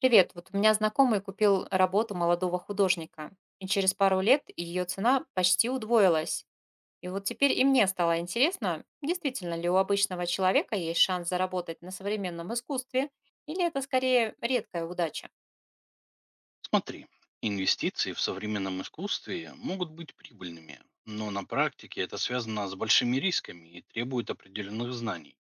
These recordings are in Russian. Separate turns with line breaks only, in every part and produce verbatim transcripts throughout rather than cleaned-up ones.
Привет, вот у меня знакомый купил работу молодого художника, и через пару лет ее цена почти удвоилась. И вот теперь и мне стало интересно, действительно ли у обычного человека есть шанс заработать на современном искусстве, или это скорее редкая удача?
Смотри, инвестиции в современном искусстве могут быть прибыльными, но на практике это связано с большими рисками и требует определенных знаний.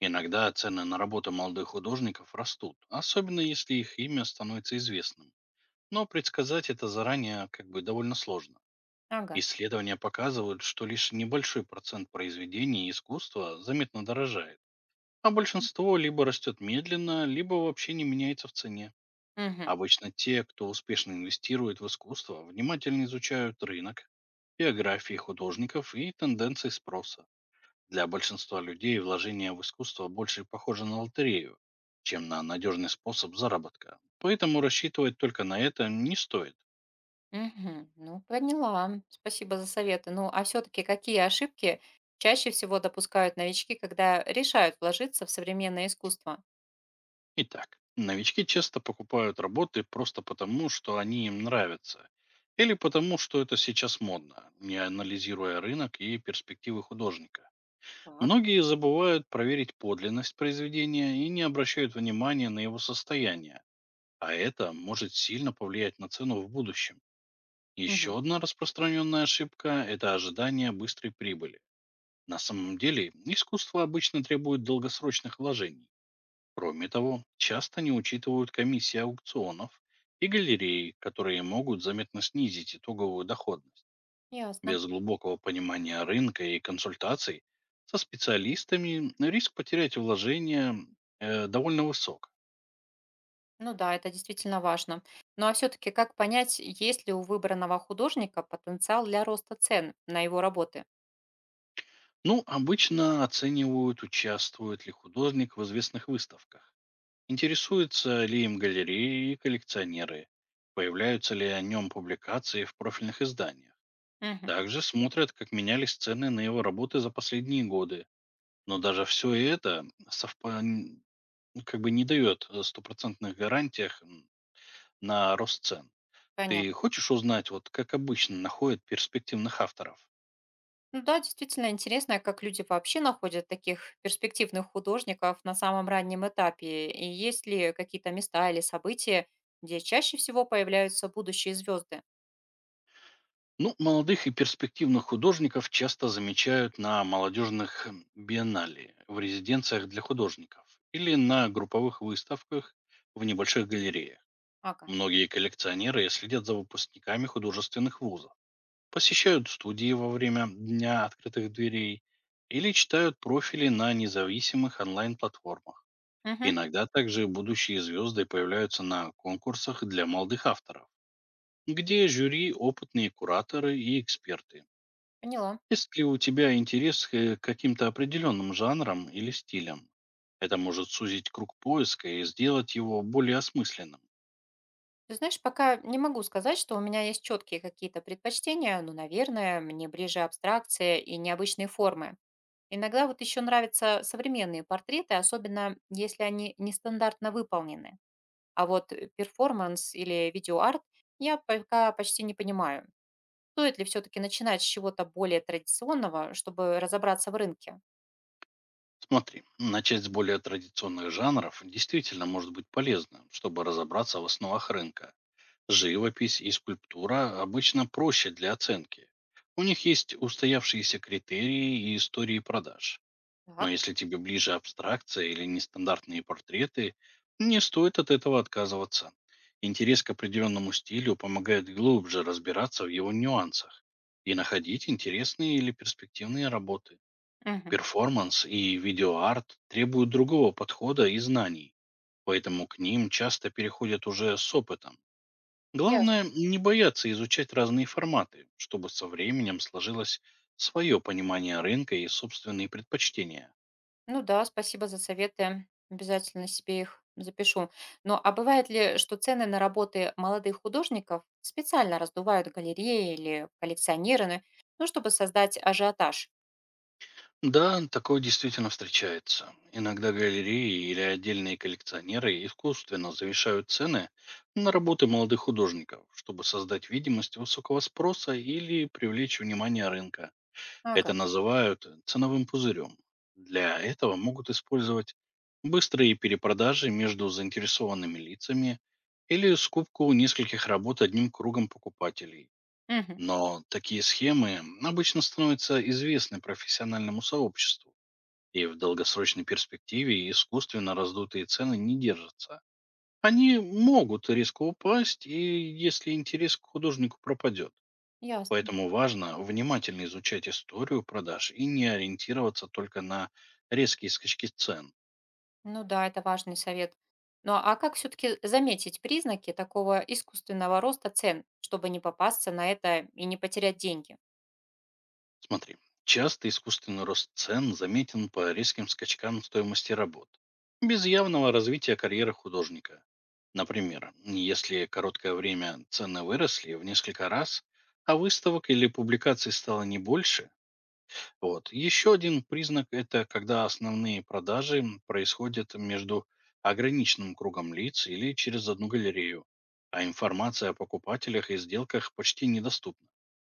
Иногда цены на работы молодых художников растут, особенно если их имя становится известным. Но предсказать это заранее как бы довольно сложно.
Ага.
Исследования показывают, что лишь небольшой процент произведений искусства заметно дорожает, а большинство либо растет медленно, либо вообще не меняется в цене.
Угу.
Обычно те, кто успешно инвестирует в искусство, внимательно изучают рынок, биографии художников и тенденции спроса. Для большинства людей вложение в искусство больше похоже на лотерею, чем на надежный способ заработка. Поэтому рассчитывать только на это не стоит.
Угу. Ну, поняла. Спасибо за советы. Ну, а все-таки какие ошибки чаще всего допускают новички, когда решают вложиться в современное искусство?
Итак, новички часто покупают работы просто потому, что они им нравятся, или потому, что это сейчас модно, не анализируя рынок и перспективы художника.
Так.
Многие забывают проверить подлинность произведения и не обращают внимания на его состояние, а это может сильно повлиять на цену в будущем.
Угу.
Еще одна распространенная ошибка — это ожидание быстрой прибыли. На самом деле, искусство обычно требует долгосрочных вложений. Кроме того, часто не учитывают комиссии аукционов и галереи, которые могут заметно снизить итоговую доходность.
Ясно.
Без глубокого понимания рынка и консультаций со специалистами риск потерять вложения э, довольно высок.
Ну да, это действительно важно. Ну а все-таки как понять, есть ли у выбранного художника потенциал для роста цен на его работы?
Ну, обычно оценивают, участвует ли художник в известных выставках, интересуются ли им галереи и коллекционеры, появляются ли о нем публикации в профильных изданиях.
Мгм.
Также смотрят, как менялись цены на его работы за последние годы. Но даже все это совпа- н- как бы не дает э, стопроцентных гарантиях м, на рост цен.
Понятно.
Ты хочешь узнать, вот как обычно находят перспективных авторов?
Ну да, действительно интересно, как люди вообще находят таких перспективных художников на самом раннем этапе. И есть ли какие-то места или события, где чаще всего появляются будущие звезды?
Ну, молодых и перспективных художников часто замечают на молодежных м, биеннале, в резиденциях для художников или на групповых выставках в небольших галереях.
Ага.
Многие коллекционеры следят за выпускниками художественных вузов, посещают студии во время Дня открытых дверей или читают профили на независимых онлайн-платформах.
Мгм.
Иногда также будущие звезды появляются на конкурсах для молодых авторов, где жюри — опытные кураторы и эксперты.
Поняла.
Есть ли у тебя интерес к каким-то определенным жанрам или стилям? Это может сузить круг поиска и сделать его более осмысленным.
Ты знаешь, пока не могу сказать, что у меня есть четкие какие-то предпочтения, но, наверное, мне ближе абстракция и необычные формы. Иногда вот еще нравятся современные портреты, особенно если они нестандартно выполнены. А вот э, перформанс или видеоарт я пока почти не понимаю. Стоит ли все-таки начинать с чего-то более традиционного, чтобы разобраться в рынке?
Смотри, начать с более традиционных жанров действительно может быть полезно, чтобы разобраться в основах рынка. Живопись и скульптура обычно проще для оценки. У них есть устоявшиеся критерии и истории продаж. Но
Так.
если тебе ближе абстракция или нестандартные портреты, не стоит от этого отказываться. Интерес к определенному стилю помогает глубже разбираться в его нюансах и находить интересные или перспективные работы.
Мгм.
Перформанс и видеоарт требуют другого подхода и знаний, поэтому к ним часто переходят уже с опытом. Главное,
Ясно.
не бояться изучать разные форматы, чтобы со временем сложилось свое понимание рынка и собственные предпочтения.
Ну да, спасибо за советы. Обязательно себе их запишу. Но а бывает ли, что цены на работы молодых художников специально раздувают галереи или коллекционеры, ну, чтобы создать ажиотаж?
Да, такое действительно встречается. Иногда галереи или отдельные коллекционеры искусственно завышают цены на работы молодых художников, чтобы создать видимость высокого спроса или привлечь внимание рынка. Это
Ага.
называют ценовым пузырем. Для этого могут использовать быстрые перепродажи между заинтересованными лицами или скупку нескольких работ одним кругом покупателей.
Мгм.
Но такие схемы обычно становятся известны профессиональному сообществу, и в долгосрочной перспективе искусственно раздутые цены не держатся. Они могут резко упасть, и если интерес к художнику пропадет.
Ясно.
Поэтому важно внимательно изучать историю продаж и не ориентироваться только на резкие скачки цен.
Ну да, это важный совет. Ну а как все-таки заметить признаки такого искусственного роста цен, чтобы не попасться на это и не потерять деньги?
Смотри, часто искусственный рост цен заметен по резким скачкам стоимости работ, без явного развития карьеры художника. Например, если короткое время цены выросли в несколько раз, а выставок или публикаций стало не больше. Вот. Еще один признак — это когда основные продажи м, происходят между ограниченным кругом лиц или через одну галерею, а информация о покупателях и сделках почти недоступна.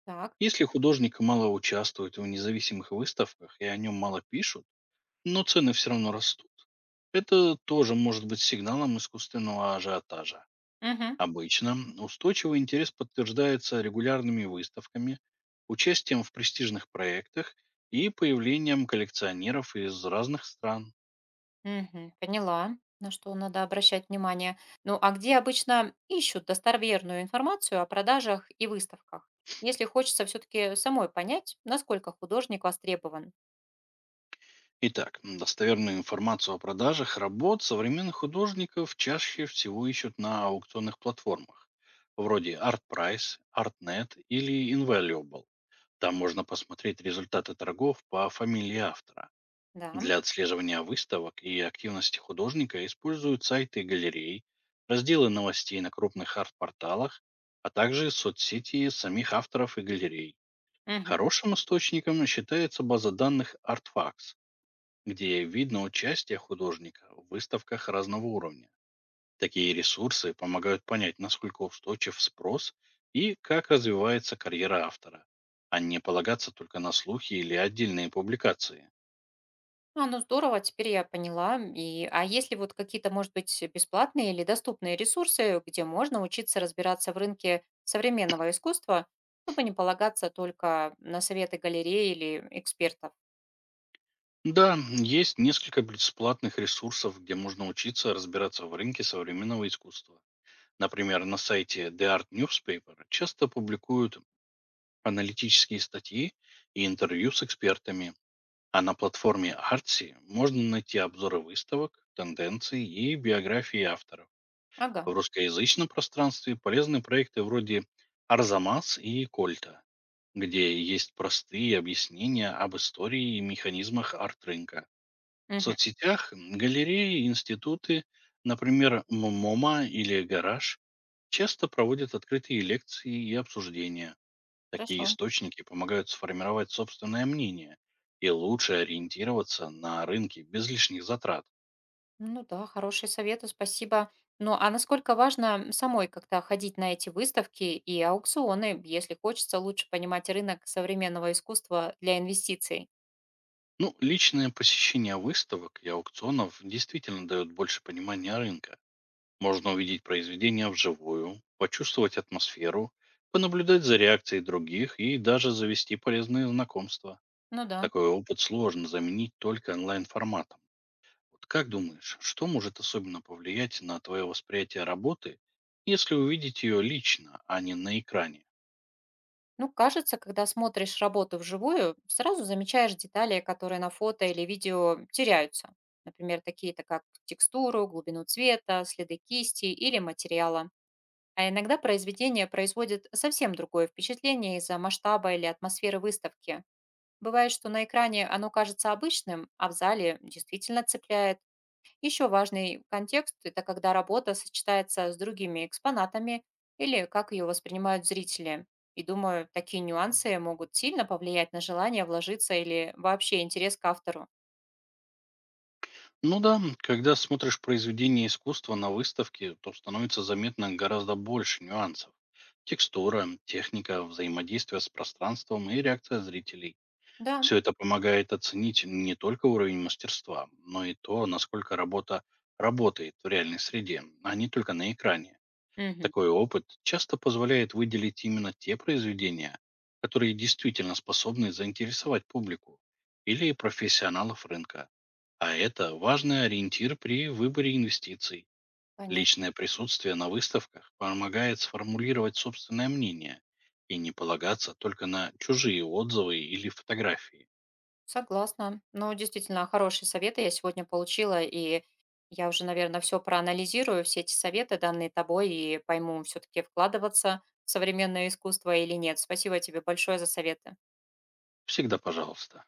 Так.
Если художник мало участвует в независимых выставках и о нем мало пишут, но цены все равно растут, это тоже может быть сигналом искусственного ажиотажа.
Угу.
Обычно устойчивый интерес подтверждается регулярными выставками, участием в престижных проектах и появлением коллекционеров из разных стран.
Угу. Поняла, на что надо обращать внимание. Ну а где обычно ищут достоверную информацию о продажах и выставках? Если хочется все-таки самой понять, насколько художник востребован.
Итак, м, достоверную информацию о продажах работ современных художников чаще всего ищут на аукционных платформах, вроде ArtPrice, ArtNet или Invaluable. Там можно посмотреть результаты торгов по фамилии автора.
Да.
Для отслеживания выставок и активности художника используют сайты галерей, разделы новостей на крупных арт-порталах, а также соцсети самих авторов и галерей.
Угу.
Хорошим источником считается база данных ArtFacts, где видно участие художника в выставках разного уровня. Такие ресурсы помогают понять, насколько устойчив спрос и как развивается карьера автора, а не полагаться только на слухи или отдельные публикации.
А, ну здорово, теперь я поняла. И, а если вот какие-то, может быть, бесплатные или доступные ресурсы, где можно учиться разбираться в рынке современного искусства, чтобы не полагаться только на советы галереи или экспертов?
Да, есть несколько бесплатных ресурсов, где можно учиться разбираться в рынке современного искусства. Например, на сайте The Art Newspaper часто публикуют аналитические статьи и интервью с экспертами, а на платформе Artsy можно найти обзоры выставок, тенденций и биографии авторов. В
Ага.
русскоязычном пространстве полезны проекты вроде Арзамас и Кольта, где есть простые объяснения об истории и механизмах арт-рынка. В
Мгм.
соцсетях галереи, институты, например, МОМА или Гараж, часто проводят открытые лекции и обсуждения. Такие
Хорошо.
источники помогают сформировать собственное мнение и лучше ориентироваться на рынке без лишних затрат.
Ну да, хорошие советы, спасибо. Ну а насколько важно самой как-то ходить на эти выставки и аукционы, если хочется лучше понимать рынок современного искусства для инвестиций?
Ну, личное посещение выставок и аукционов действительно дает больше понимания рынка. Можно увидеть произведения вживую, почувствовать атмосферу, понаблюдать за реакцией других и даже завести полезные знакомства.
Ну да.
Такой опыт сложно заменить только онлайн-форматом. Вот как думаешь, что может особенно повлиять на твое восприятие работы, если увидеть ее лично, а не на экране?
Ну, кажется, когда смотришь работу вживую, сразу замечаешь детали, которые на фото или видео теряются. Например, такие-то как текстуру, глубину цвета, следы кисти или материала. А иногда произведение производит совсем другое впечатление из-за масштаба или атмосферы выставки. Бывает, что на экране оно кажется обычным, а в зале действительно цепляет. Еще важный контекст – это когда работа сочетается с другими экспонатами или как ее воспринимают зрители. И думаю, такие нюансы могут сильно повлиять на желание вложиться или вообще интерес к автору.
Ну да, м, когда смотришь произведение искусства на выставке, то становится заметно гораздо больше нюансов. Текстура, техника, взаимодействие с пространством и реакция зрителей.
Да,
Все это помогает оценить не только уровень мастерства, но и то, насколько работа работает в реальной среде, а не только на экране.
мгм,
Такой опыт часто позволяет выделить именно те произведения, которые действительно способны заинтересовать публику или профессионалов рынка. А это важный ориентир при выборе инвестиций.
конечно.
Личное присутствие на выставках помогает сформулировать собственное мнение и не полагаться только на чужие отзывы или фотографии.
Согласна. Ну, действительно, хорошие советы я сегодня получила, и я уже, наверное, все проанализирую, все эти советы, данные тобой, и пойму, все-таки вкладываться в современное искусство или нет. Спасибо тебе большое за советы.
Всегда пожалуйста.